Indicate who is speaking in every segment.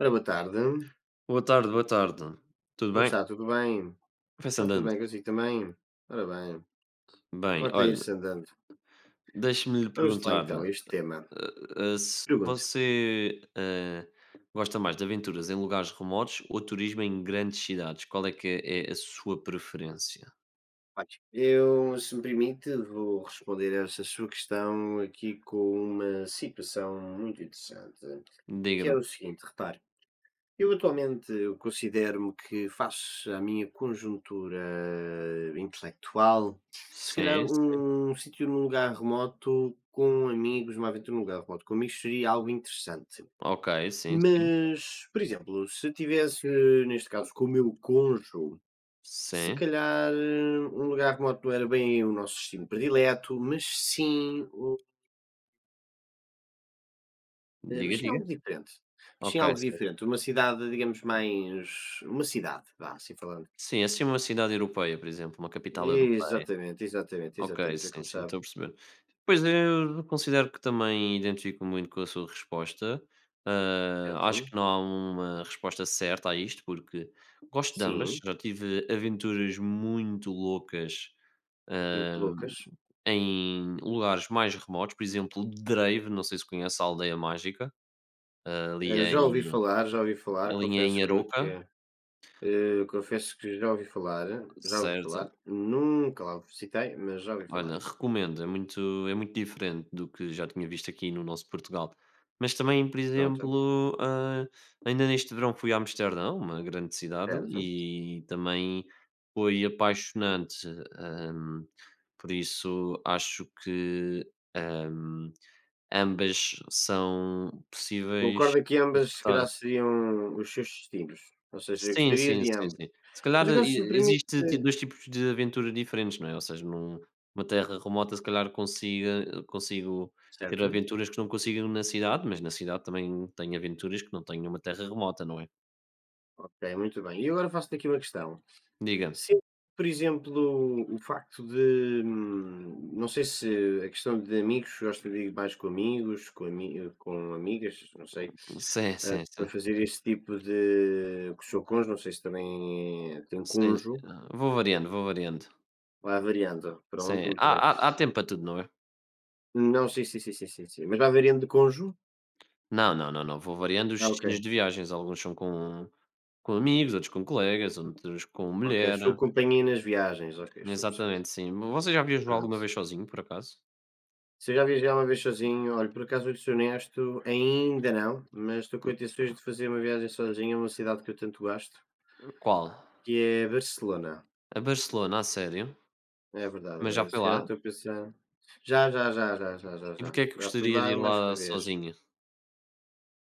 Speaker 1: Ora, boa tarde.
Speaker 2: Boa tarde, boa tarde. Tudo
Speaker 1: Como
Speaker 2: bem?
Speaker 1: está? Tudo bem?
Speaker 2: Vai-se
Speaker 1: Está tudo
Speaker 2: andando.
Speaker 1: bem consigo também? Ora bem,
Speaker 2: Bem,
Speaker 1: importa
Speaker 2: olha,
Speaker 1: ir-se andando.
Speaker 2: deixe-me lhe
Speaker 1: Vamos lá
Speaker 2: perguntar,
Speaker 1: então a este tema.
Speaker 2: se
Speaker 1: Pergunto.
Speaker 2: você, gosta mais de aventuras em lugares remotos ou turismo em grandes cidades? Qual é que é a sua preferência?
Speaker 1: Olha, eu, se me permite, vou responder a essa sua questão aqui com uma situação muito interessante, que é
Speaker 2: Diga-me.
Speaker 1: o seguinte, repare. Eu atualmente eu considero-me que faço a minha conjuntura intelectual, se calhar
Speaker 2: Sim, sim.
Speaker 1: um sítio num lugar remoto com amigos, uma aventura num lugar remoto com amigos seria algo interessante.
Speaker 2: Ok, sim, sim.
Speaker 1: Mas, por exemplo, se tivesse, neste caso, com o meu cônjuge, se
Speaker 2: Sim.
Speaker 1: calhar um lugar remoto não era bem o nosso destino predileto, mas sim,
Speaker 2: Diga,
Speaker 1: mas sim
Speaker 2: diga.
Speaker 1: algo diferente. Mas sim
Speaker 2: Ok,
Speaker 1: algo
Speaker 2: sim.
Speaker 1: diferente. Uma cidade, digamos, mais. Uma cidade, vá, assim falando.
Speaker 2: Sim, assim uma cidade europeia, por exemplo, uma capital europeia.
Speaker 1: Exatamente, exatamente,
Speaker 2: Ok,
Speaker 1: exatamente. É
Speaker 2: sim,
Speaker 1: como
Speaker 2: sim,
Speaker 1: sabe,
Speaker 2: estou a perceber. Pois eu considero que também identifico muito com a sua resposta. Ah, acho
Speaker 1: certo?
Speaker 2: que não há uma resposta certa a isto, porque gosto de ambas.
Speaker 1: Sim,
Speaker 2: Já tive aventuras muito loucas
Speaker 1: muito
Speaker 2: ah,
Speaker 1: loucas.
Speaker 2: em lugares mais remotos, por exemplo, Drave, não sei se conhece a Aldeia Mágica, ah, ali, em,
Speaker 1: Já ouvi falar,
Speaker 2: ali
Speaker 1: confesso
Speaker 2: em
Speaker 1: que
Speaker 2: Aroca,
Speaker 1: nunca. Confesso que já ouvi
Speaker 2: certo?
Speaker 1: falar, nunca lá visitei, mas já ouvi falar.
Speaker 2: Olha, recomendo, é muito diferente do que já tinha visto aqui no nosso Portugal. Mas também, por
Speaker 1: Pronto,
Speaker 2: exemplo, ainda neste verão fui a Amsterdão, uma grande cidade,
Speaker 1: certo.
Speaker 2: e também foi apaixonante. hum, por isso, acho que hum, ambas são possíveis
Speaker 1: Concordo que ambas, se
Speaker 2: executar.
Speaker 1: calhar, seriam os seus destinos. Ou seja, eu
Speaker 2: Sim,
Speaker 1: gostaria
Speaker 2: sim,
Speaker 1: de
Speaker 2: sim,
Speaker 1: ambas.
Speaker 2: sim. Se calhar,
Speaker 1: Mas agora, se me
Speaker 2: e
Speaker 1: permite.
Speaker 2: existe ti 2 tipos de aventura diferentes, não é? Ou seja, numa terra remota, se calhar consiga consigo ter
Speaker 1: Certo?
Speaker 2: aventuras que não consigo na cidade, mas na cidade também tenho aventuras que não tenho numa terra remota, não é?
Speaker 1: Ok, muito bem. E agora faço-te aqui uma questão.
Speaker 2: Diga.
Speaker 1: Se, por exemplo, o facto de. Não sei se a questão de amigos, gosto de ir mais com amigos, com amigas, não sei.
Speaker 2: Sim,
Speaker 1: Ah,
Speaker 2: sim,
Speaker 1: para
Speaker 2: sim.
Speaker 1: fazer esse tipo de com o seu cônjuge, não sei se também tem
Speaker 2: Sim, sim.
Speaker 1: cônjuge.
Speaker 2: Ah, vou variando, vou variando.
Speaker 1: Lá a variando, pronto,
Speaker 2: Sim,
Speaker 1: muito
Speaker 2: há
Speaker 1: bem.
Speaker 2: há há tempo para tudo, não é?
Speaker 1: Não, sim, sim, sim, sim, sim, sim, mas lá a variando de cônjuge?
Speaker 2: Não, não, não, não, vou variando os
Speaker 1: Ah, ok,
Speaker 2: destinos de viagens, alguns são com amigos, outros com colegas, outros com
Speaker 1: ok,
Speaker 2: mulher.
Speaker 1: sua companhia nas viagens, ok, estou a perceber,
Speaker 2: Exatamente, sim. Você já viajou alguma
Speaker 1: pronto.
Speaker 2: vez sozinho, por acaso?
Speaker 1: Se eu já viajei uma vez sozinho, olha, por acaso vou ser honesto, ainda não, mas estou com intenções de fazer uma viagem sozinho a uma cidade que eu tanto gosto,
Speaker 2: Qual?
Speaker 1: que é Barcelona,
Speaker 2: A Barcelona, a sério?
Speaker 1: é
Speaker 2: Mas já
Speaker 1: verdade,
Speaker 2: foi
Speaker 1: se calhar
Speaker 2: lá?
Speaker 1: estou a pensar... Já, já, já, já, já, já,
Speaker 2: E
Speaker 1: já,
Speaker 2: porque é que
Speaker 1: já fui
Speaker 2: gostaria de ir
Speaker 1: lá mais que
Speaker 2: lá
Speaker 1: uma vez.
Speaker 2: sozinho?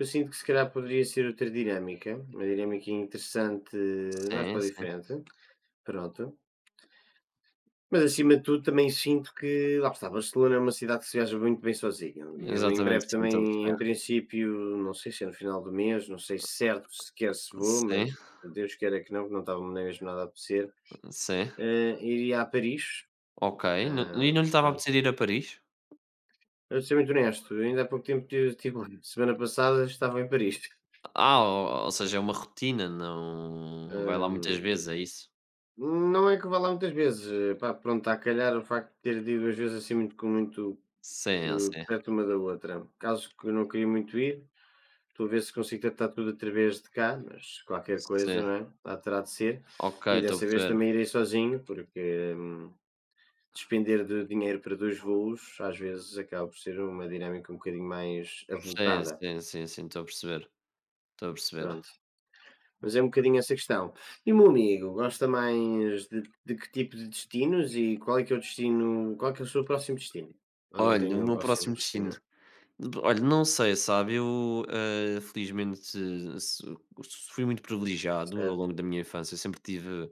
Speaker 1: Eu sinto que se calhar poderia ser outra dinâmica, uma dinâmica interessante, mais
Speaker 2: Sim,
Speaker 1: para o
Speaker 2: sim.
Speaker 1: diferente, pronto. Mas acima de tudo também sinto que, lá está, Barcelona é uma cidade que se viaja muito bem sozinha. Eu em
Speaker 2: Exatamente,
Speaker 1: breve
Speaker 2: sim, estou a
Speaker 1: também, em
Speaker 2: perceber.
Speaker 1: princípio, não sei se é no final do mês, não sei certo sequer se vou,
Speaker 2: Sim,
Speaker 1: mas Deus queira que não estava nem mesmo nada a acontecer.
Speaker 2: sim.
Speaker 1: Iria a Paris,
Speaker 2: Ok. N E
Speaker 1: ah,
Speaker 2: não lhe estava a
Speaker 1: pronto.
Speaker 2: apetecer ir a Paris?
Speaker 1: Eu vou ser muito honesto, ainda há pouco tempo, semana passada estava em Paris.
Speaker 2: Ah, ou seja, é uma rotina, não vai lá muitas
Speaker 1: eh,
Speaker 2: vezes, é isso?
Speaker 1: Não é que vá lá muitas vezes, pá, pronto, está a calhar o facto de ter ido ir vezes assim muito com muito,
Speaker 2: Sim, ah,
Speaker 1: eh,
Speaker 2: sim.
Speaker 1: perto uma da outra. Caso que eu não queria muito ir, estou a ver se consigo tratar tudo através de cá, mas qualquer coisa,
Speaker 2: Sim.
Speaker 1: não é? Lá terá de ser.
Speaker 2: Ok,
Speaker 1: E
Speaker 2: estou a
Speaker 1: dessa vez
Speaker 2: perceber.
Speaker 1: também irei sozinho, porque, despender de dinheiro para 2 voos, às vezes acaba por ser uma dinâmica um bocadinho mais
Speaker 2: Sim,
Speaker 1: avultada,
Speaker 2: sim, sim, sim, estou a perceber. Estou a perceber.
Speaker 1: pronto. Mas é um bocadinho essa questão. E o meu amigo, gosta mais de que tipo de destinos e qual é que é o destino, qual é que é o seu próximo destino? Ou não
Speaker 2: Olha, o
Speaker 1: tenho um
Speaker 2: meu
Speaker 1: próximo
Speaker 2: próximo destino
Speaker 1: destino?
Speaker 2: Olha, não sei, sabe? Eu, felizmente, so- fui muito privilegiado ao
Speaker 1: Certo,
Speaker 2: longo da minha infância. Eu sempre tive.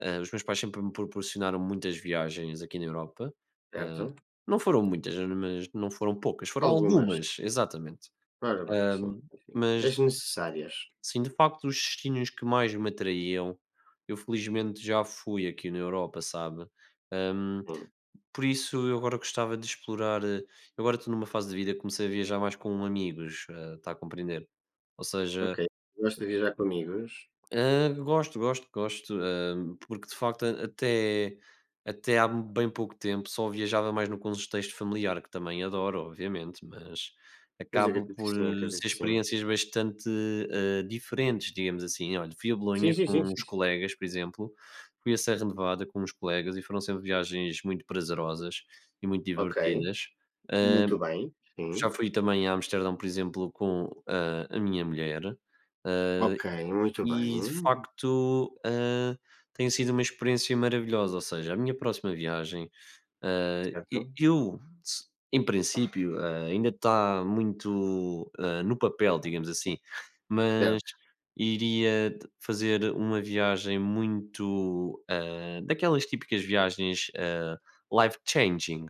Speaker 2: Os meus pais sempre me proporcionaram muitas viagens aqui na Europa. Eh,
Speaker 1: certo.
Speaker 2: não foram muitas, né, mas não foram poucas, foram
Speaker 1: Algumas.
Speaker 2: algumas, exatamente.
Speaker 1: Ora bem, sim,
Speaker 2: Ahm,
Speaker 1: enfim.
Speaker 2: mas,
Speaker 1: As necessárias.
Speaker 2: sim, de facto, os destinos que mais me atraíam, eu felizmente já fui aqui na Europa, sabe?
Speaker 1: Sim.
Speaker 2: Por isso eu agora gostava de explorar, eu agora estou numa fase de vida que comecei a viajar mais com amigos, eh, está a compreender? Ou seja,
Speaker 1: Ok. Gosta de viajar com amigos?
Speaker 2: ah, gosto, gosto, gosto, porque de facto a até até há bem pouco tempo só viajava mais no contexto familiar, que também adoro, obviamente, mas
Speaker 1: Pois
Speaker 2: acabo
Speaker 1: acredito que
Speaker 2: por
Speaker 1: sim, acredito
Speaker 2: ser
Speaker 1: que sim.
Speaker 2: experiências bastante, diferentes, digamos assim. Olha, fui a
Speaker 1: Sim,
Speaker 2: Bolonha
Speaker 1: sim,
Speaker 2: com
Speaker 1: sim,
Speaker 2: uns
Speaker 1: sim.
Speaker 2: colegas, por exemplo, fui a Serra Nevada com uns colegas e foram sempre viagens muito prazerosas e muito
Speaker 1: Ok.
Speaker 2: divertidas. Hã,
Speaker 1: Muito bem.
Speaker 2: Já
Speaker 1: Sim.
Speaker 2: fui também a Amsterdão, por exemplo, com a minha mulher. ah,
Speaker 1: Ok, muito
Speaker 2: e de
Speaker 1: bem.
Speaker 2: facto, tem sido uma experiência maravilhosa, ou seja, a minha próxima viagem, hã, e
Speaker 1: Certo.
Speaker 2: eu se em princípio, ainda está muito, no papel, digamos assim, mas
Speaker 1: Certo,
Speaker 2: iria d fazer uma viagem muito, daquelas típicas viagens, life changing,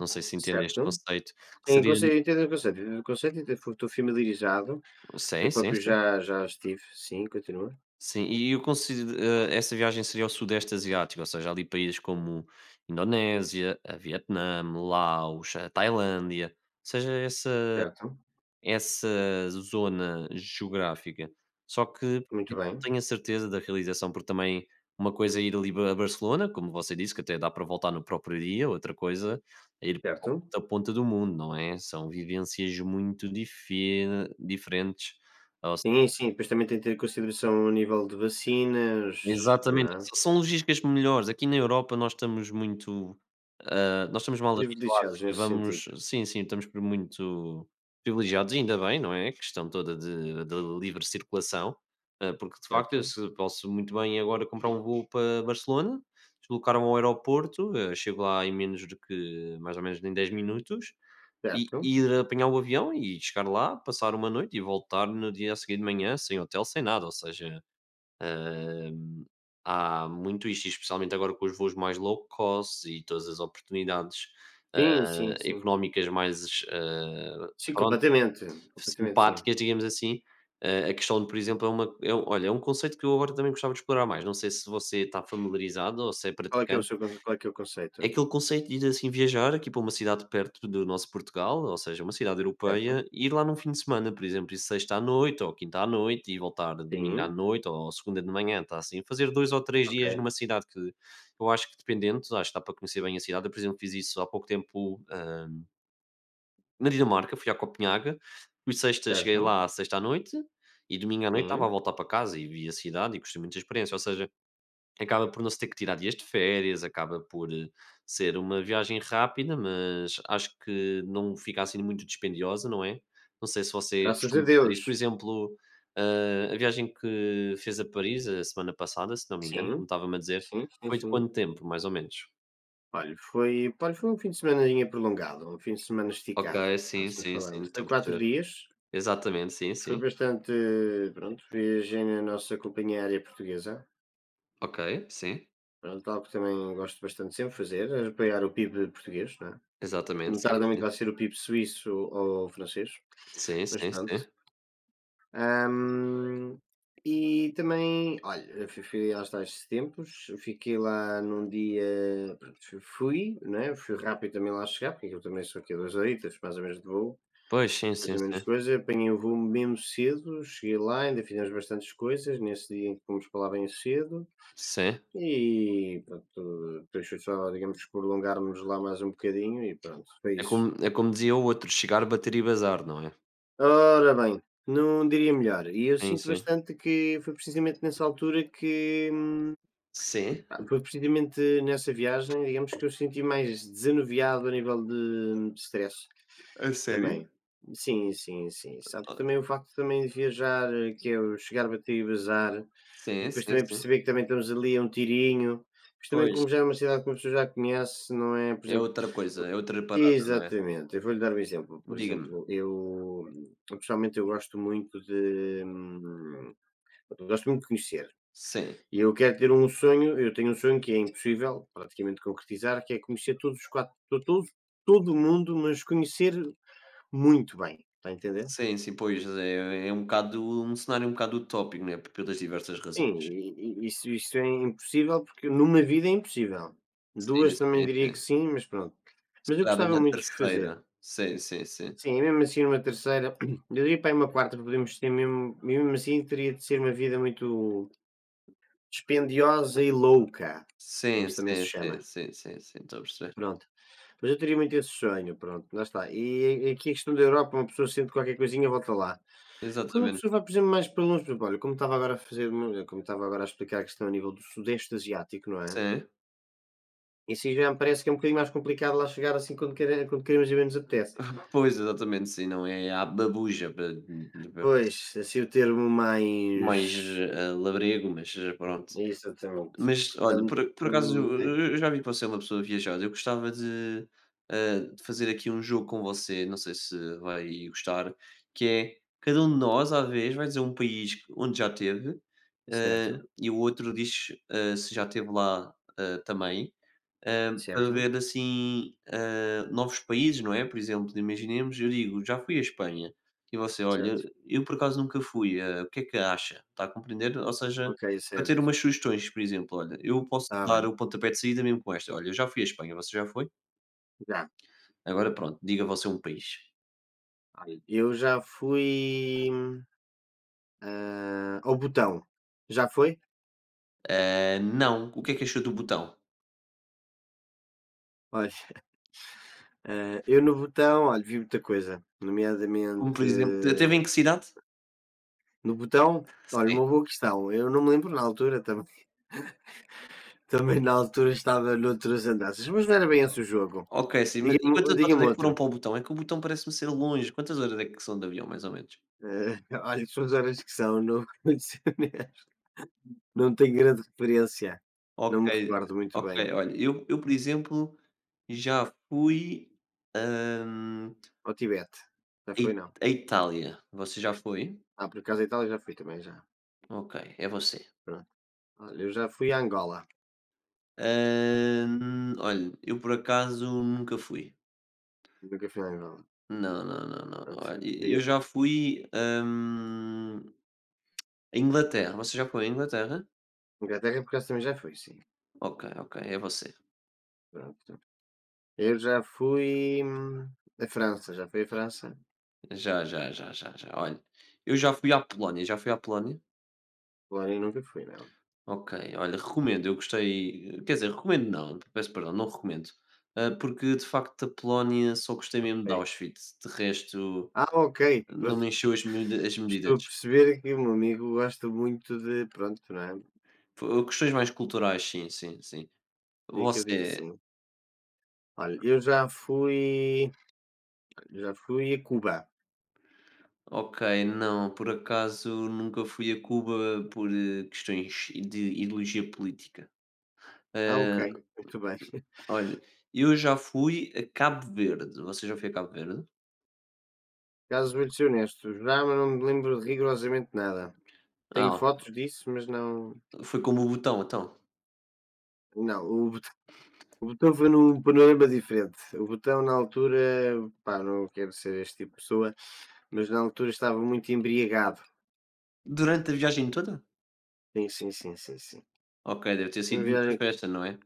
Speaker 2: não sei se entende este
Speaker 1: certo.
Speaker 2: conceito, que
Speaker 1: Sim, eu
Speaker 2: seria
Speaker 1: conceito, entendo o conceito, entendo o conceito, entendo- estou familiarizado.
Speaker 2: sim,
Speaker 1: Eu
Speaker 2: sim,
Speaker 1: próprio
Speaker 2: sim.
Speaker 1: já estive, sim, continua,
Speaker 2: Sim, e eu considero, essa viagem seria ao Sudeste Asiático, ou seja, ali países como Indonésia, a Vietnã, Laos, a Tailândia, ou seja, essa,
Speaker 1: certo,
Speaker 2: essa zona geográfica. Só que pá,
Speaker 1: muito
Speaker 2: eu não
Speaker 1: bem,
Speaker 2: tenho a certeza da realização, porque também uma coisa é ir ali a Barcelona, como você disse, que até dá para voltar no próprio dia, outra coisa é ir para
Speaker 1: certo.
Speaker 2: outra ponta do mundo, não é? São vivências muito diferentes.
Speaker 1: Sim, sim, depois também tem que ter em consideração o nível de vacinas, não
Speaker 2: Exatamente,
Speaker 1: é,
Speaker 2: s são logísticas melhores. Aqui na Europa nós estamos muito, ah, nós estamos mal habituados,
Speaker 1: privilegiados
Speaker 2: que
Speaker 1: nesse
Speaker 2: vamos
Speaker 1: sentido,
Speaker 2: sim, sim, estamos por muito privilegiados, e ainda bem, não é, a questão toda de da livre circulação, porque de facto eu
Speaker 1: certo,
Speaker 2: se posso muito bem agora comprar um voo para Barcelona, deslocar-me ao aeroporto, chego lá em menos do que mais ou menos em 10 minutos, e
Speaker 1: certo.
Speaker 2: e ir apanhar o avião e chegar lá, passar uma noite e voltar no dia a seguir de manhã sem hotel, sem nada, ou seja, há muito isto, e especialmente agora com os voos mais low cost e todas as oportunidades, hã,
Speaker 1: Sim, sim, sim.
Speaker 2: económicas mais,
Speaker 1: Sim,
Speaker 2: pronto,
Speaker 1: completamente, completamente sim.
Speaker 2: simpáticas, digamos assim. A questão de, por exemplo, é uma é um olha, é um conceito que eu agora também gostava de explorar mais. Não sei se você está familiarizado ou se é
Speaker 1: Qual é que é o
Speaker 2: praticante.
Speaker 1: seu conce qual é que é o conceito?
Speaker 2: É aquele conceito de ir assim viajar aqui para uma cidade perto do nosso Portugal, ou seja, uma cidade
Speaker 1: Certo,
Speaker 2: europeia, e ir lá num fim de semana, por exemplo, ir sexta à noite ou quinta à noite e voltar domingo à
Speaker 1: sim,
Speaker 2: noite ou segunda de manhã, está assim, fazer dois ou três
Speaker 1: ok,
Speaker 2: dias numa cidade que eu acho que dependendo, acho que dá para conhecer bem a cidade. Eu, por exemplo, fiz isso há pouco tempo, na Dinamarca, fui a Copenhaga, fui sexta cheguei
Speaker 1: certo,
Speaker 2: lá sexta à noite e domingo à noite estava a
Speaker 1: sim,
Speaker 2: voltar para casa e vi a cidade e gostei muito da experiência. Ou seja, acaba por não se ter que tirar dias de férias, acaba por ser uma viagem rápida, mas acho que não fica assim muito dispendiosa, não é? Não sei se você
Speaker 1: graças a
Speaker 2: costuma fazer isso. Por
Speaker 1: Deus.
Speaker 2: exemplo, a viagem que fez a Paris a semana passada, se não me engano, como
Speaker 1: Sim,
Speaker 2: estava-me a dizer,
Speaker 1: sim, sim,
Speaker 2: foi de
Speaker 1: sim.
Speaker 2: quanto tempo, mais ou menos?
Speaker 1: Olha, foi um fim de semaninha prolongado, um fim de semana
Speaker 2: Ok,
Speaker 1: esticado,
Speaker 2: sim,
Speaker 1: assim
Speaker 2: sim, sim,
Speaker 1: falando.
Speaker 2: estou
Speaker 1: Foi
Speaker 2: a
Speaker 1: quatro
Speaker 2: perceber.
Speaker 1: dias
Speaker 2: Exatamente, sim,
Speaker 1: Foi
Speaker 2: sim.
Speaker 1: bastante, pronto, viajei na nossa companhia aérea portuguesa,
Speaker 2: Ok, sim.
Speaker 1: pronto, algo que também gosto bastante de sempre fazer, é apoiar o PIB português, não é?
Speaker 2: Exatamente,
Speaker 1: Muito
Speaker 2: sim,
Speaker 1: tardiamente
Speaker 2: sim.
Speaker 1: vai ser o PIB suíço ou francês,
Speaker 2: Sim,
Speaker 1: mas
Speaker 2: sim,
Speaker 1: pronto.
Speaker 2: sim.
Speaker 1: Ahm, e também, olha, eu fui, fui aos tais tempos, fiquei lá num dia, pronto, fui, fui, né? Fui rápido também lá chegar, porque eu também sou aqui a 2 horitas, mais ou menos de voo,
Speaker 2: Pois, sim,
Speaker 1: mais
Speaker 2: sim,
Speaker 1: ou menos
Speaker 2: sim.
Speaker 1: coisa, apanhei o voo mesmo cedo, cheguei lá, ainda fizemos bastantes coisas nesse dia em que fomos para lá bem cedo
Speaker 2: Sim.
Speaker 1: e pronto, depois foi só, digamos, prolongarmos lá mais um bocadinho e pronto, foi
Speaker 2: É como,
Speaker 1: isso.
Speaker 2: é como dizia o outro, chegar, bater e bazar, não é?
Speaker 1: Ora bem, não diria melhor. E eu
Speaker 2: Sim,
Speaker 1: sinto
Speaker 2: sim.
Speaker 1: bastante que foi precisamente nessa altura que
Speaker 2: Sim.
Speaker 1: pá, foi precisamente nessa viagem, digamos, que eu senti mais desanuviado a nível de stress.
Speaker 2: A sério?
Speaker 1: Também. Sim, sim, sim. Sabe que
Speaker 2: Ah,
Speaker 1: também o facto também de viajar, que é o chegar, bater e bazar, e
Speaker 2: sim,
Speaker 1: depois
Speaker 2: sim,
Speaker 1: também
Speaker 2: sim.
Speaker 1: perceber que também estamos ali a um tirinho, mas também
Speaker 2: Pois,
Speaker 1: como já é uma cidade que uma pessoa já conhece, não é? Por
Speaker 2: é
Speaker 1: exemplo,
Speaker 2: outra coisa,
Speaker 1: eu
Speaker 2: é outra parada, não é?
Speaker 1: exatamente, eu vou-lhe dar um exemplo. Por
Speaker 2: Diga-me.
Speaker 1: exemplo, eu pessoalmente eu gosto muito de eu gosto muito de conhecer.
Speaker 2: Sim.
Speaker 1: E eu quero ter um sonho, eu tenho um sonho que é impossível praticamente concretizar, que é conhecer todos os 4 to todo mundo, mas conhecer muito bem, está a entender?
Speaker 2: Sim, sim, pois é um bocado um cenário um bocado utópico, né, p pelas diversas
Speaker 1: Sim,
Speaker 2: razões.
Speaker 1: e isso é impossível, porque numa vida é impossível.
Speaker 2: Sim,
Speaker 1: Duas
Speaker 2: sim,
Speaker 1: também diria que
Speaker 2: sim.
Speaker 1: sim, mas pronto.
Speaker 2: Se
Speaker 1: Mas eu
Speaker 2: calhar
Speaker 1: gostava
Speaker 2: na
Speaker 1: muito de fazer.
Speaker 2: terceira. Sim, sim, sim.
Speaker 1: Sim, e mesmo assim uma terceira eu diria para aí uma quarta podemos ter mesmo e mesmo assim teria de ser uma vida muito dispendiosa e louca, como
Speaker 2: Sim,
Speaker 1: se também se
Speaker 2: sim, sim,
Speaker 1: chama,
Speaker 2: sim, sim, sim, estou a perceber.
Speaker 1: pronto. Mas eu teria muito esse sonho, pronto, lá está. E aqui a questão da Europa, uma pessoa sente qualquer coisinha volta lá. Quando uma
Speaker 2: Exatamente.
Speaker 1: pessoa vai, por exemplo, mais para longe, por exemplo, olha, como estava agora a fazer, como estava agora a explicar a questão a nível do Sudeste Asiático, não é?
Speaker 2: Sim.
Speaker 1: Isso aí já me parece que é um bocadinho mais complicado lá chegar assim quando, quando queremos e bem nos apetece.
Speaker 2: Pois, exatamente, sim, não é a babuja, pa
Speaker 1: Pois, assim o termo
Speaker 2: mais,
Speaker 1: mais.
Speaker 2: labrego, mas pronto.
Speaker 1: Exatamente.
Speaker 2: Mas olha,
Speaker 1: Portanto.
Speaker 2: por acaso
Speaker 1: É,
Speaker 2: eu já vi que você é uma pessoa viajada, eu gostava de fazer aqui um jogo com você, não sei se vai gostar, que é cada um de nós à vez vai dizer um país onde já teve,
Speaker 1: certo,
Speaker 2: e o outro diz, se já esteve lá, também. Para
Speaker 1: certo,
Speaker 2: ver assim, novos países, não é? Por exemplo, imaginemos, eu digo: "Já fui à Espanha", e você: "Olha,
Speaker 1: certo.
Speaker 2: eu por acaso nunca fui, o que é que acha?" Está a compreender? Ou seja,
Speaker 1: Ok,
Speaker 2: para ter
Speaker 1: certo.
Speaker 2: umas sugestões, por exemplo: "Olha, eu posso
Speaker 1: Está
Speaker 2: dar
Speaker 1: bem.
Speaker 2: o pontapé de saída mesmo com esta: 'Olha, eu já fui à Espanha, você já foi?
Speaker 1: Já.
Speaker 2: Agora pronto, diga você um país.'"
Speaker 1: Olha, eu já fui ao Botão. Já foi?
Speaker 2: Não. O que é que achou do botão?
Speaker 1: Olha. Ah, eu no botão olha, vi muita coisa,
Speaker 2: Como por
Speaker 1: nomeadamente
Speaker 2: exemplo te teve em que cidade?
Speaker 1: no botão olha,
Speaker 2: Sim.
Speaker 1: uma boa questão. Eu não me lembro na altura também. Também na altura estava noutras andanças, mas não era bem esse o jogo.
Speaker 2: Ok, sim, ma e
Speaker 1: Diga-me
Speaker 2: quantas
Speaker 1: diga
Speaker 2: horas é que foram
Speaker 1: outro.
Speaker 2: para o botão? É que o botão parece-me ser longe. Quantas horas é que são de avião mais ou menos?
Speaker 1: Eh, olha, são as horas que são, não, não sei, né? Não tenho grande referência.
Speaker 2: Ok,
Speaker 1: Não me recordo muito
Speaker 2: ok.
Speaker 1: bem.
Speaker 2: Olha, eu, por exemplo, já fui, hã,
Speaker 1: Ao Tibete, já foi não.
Speaker 2: à Itália. Você já foi?
Speaker 1: Ah, por acaso a Itália já fui também, já.
Speaker 2: Ok, é você.
Speaker 1: Pronto. Olha, eu já fui a Angola.
Speaker 2: Olha, eu por acaso nunca fui.
Speaker 1: Nunca fui a Angola.
Speaker 2: Não, não, não, não.
Speaker 1: Pronto.
Speaker 2: Olha, eu já
Speaker 1: Diga,
Speaker 2: fui, à Inglaterra. Você já foi à Inglaterra?
Speaker 1: Inglaterra por acaso também já fui, sim.
Speaker 2: Ok, ok, é você.
Speaker 1: Pronto. Eu já fui, à França, já fui à França.
Speaker 2: Já, já, já, já, já. Olha, eu já fui à Polónia. Já fui à Polónia?
Speaker 1: Polónia nunca fui, não.
Speaker 2: Ok, olha, recomendo, eu gostei, quer dizer, recomendo não, peço perdão, não recomendo. Ah, porque de facto da Polónia só gostei mesmo de
Speaker 1: Ok.
Speaker 2: Auschwitz, de resto
Speaker 1: Ah, ok,
Speaker 2: não
Speaker 1: pronto.
Speaker 2: me encheu as, as medidas.
Speaker 1: Estou a perceber que o meu amigo gosta muito de pronto, não é,
Speaker 2: Questões mais culturais, sim, sim, sim.
Speaker 1: eu acredito que
Speaker 2: Você,
Speaker 1: sim. Olha, eu já fui a Cuba.
Speaker 2: ok, não, por acaso nunca fui a Cuba por questões de ideologia política.
Speaker 1: Ah,
Speaker 2: Ah,
Speaker 1: ok, muito bem.
Speaker 2: olha, eu já fui a Cabo Verde, você já foi a Cabo Verde?
Speaker 1: Por acaso vou-te ser honesto, já não me lembro de rigorosamente nada. Tenho
Speaker 2: Ah,
Speaker 1: fotos disso, mas não
Speaker 2: foi como o botão, então.
Speaker 1: não, o botão o botão foi num panorama diferente. O botão na altura, pá, não quero ser este tipo de pessoa, mas na altura estava muito embriagado.
Speaker 2: Durante a viagem toda?
Speaker 1: Sim, sim, sim, sim, sim.
Speaker 2: Ok, deve ter
Speaker 1: Uma
Speaker 2: sido muita
Speaker 1: viagem. Com-
Speaker 2: festa, não é?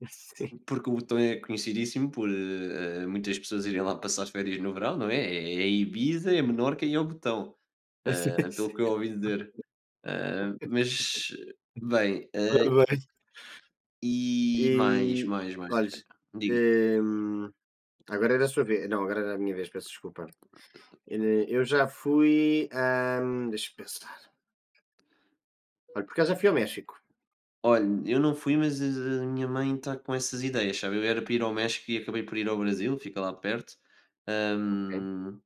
Speaker 1: Sim.
Speaker 2: Porque o botão é conhecidíssimo por, muitas pessoas irem lá passar as férias no verão, não é? É Ibiza, é Menorca e é o botão,
Speaker 1: Sim,
Speaker 2: pelo que eu
Speaker 1: sim.
Speaker 2: ouvi dizer. Ah, mas, bem,
Speaker 1: Foi bem.
Speaker 2: e mais,
Speaker 1: E
Speaker 2: mais, mais.
Speaker 1: olha,
Speaker 2: Diga.
Speaker 1: hum, agora era a sua vez. Não, agora era a minha vez, peço desculpa. Eh, Eu já fui. Um, deixa-me pensar. Olha, porque eu já fui ao México.
Speaker 2: Olha, eu não fui, mas a minha mãe está com essas ideias, sabe? Eu era para ir ao México e acabei por ir ao Brasil, fica lá perto.
Speaker 1: Ok?
Speaker 2: Ahm,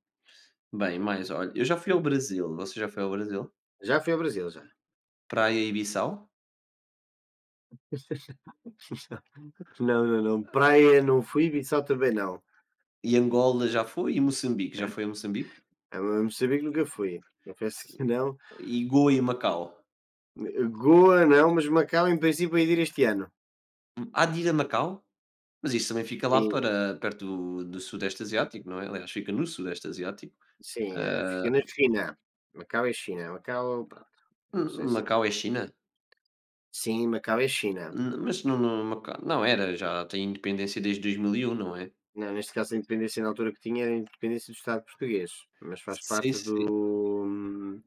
Speaker 2: Bem, mais, olha, eu já fui ao Brasil, você já foi ao Brasil?
Speaker 1: Já fui ao Brasil, já.
Speaker 2: Praia e Ibiçal?
Speaker 1: Não, não, não. Praia não fui, Bissau também não.
Speaker 2: E Angola já foi e Moçambique, já foi a Moçambique?
Speaker 1: A Moçambique nunca fui. Confesso que não.
Speaker 2: E Goa e Macau.
Speaker 1: Goa não, mas Macau em princípio ia ir este ano.
Speaker 2: Há de ir a Macau? Mas isso também fica lá para perto do sudeste asiático, não é? Aliás, fica no sudeste asiático.
Speaker 1: Sim,
Speaker 2: Ah,
Speaker 1: fica na China. Macau é China. Macau, pronto, não sei
Speaker 2: M
Speaker 1: se
Speaker 2: Macau é China?
Speaker 1: sim, Macau é China.
Speaker 2: N Mas não Macau não era, já tem independência desde 2001, não é?
Speaker 1: Não, neste caso, a independência na altura que tinha era a independência do Estado português, mas faz
Speaker 2: Sim,
Speaker 1: parte
Speaker 2: sim.
Speaker 1: do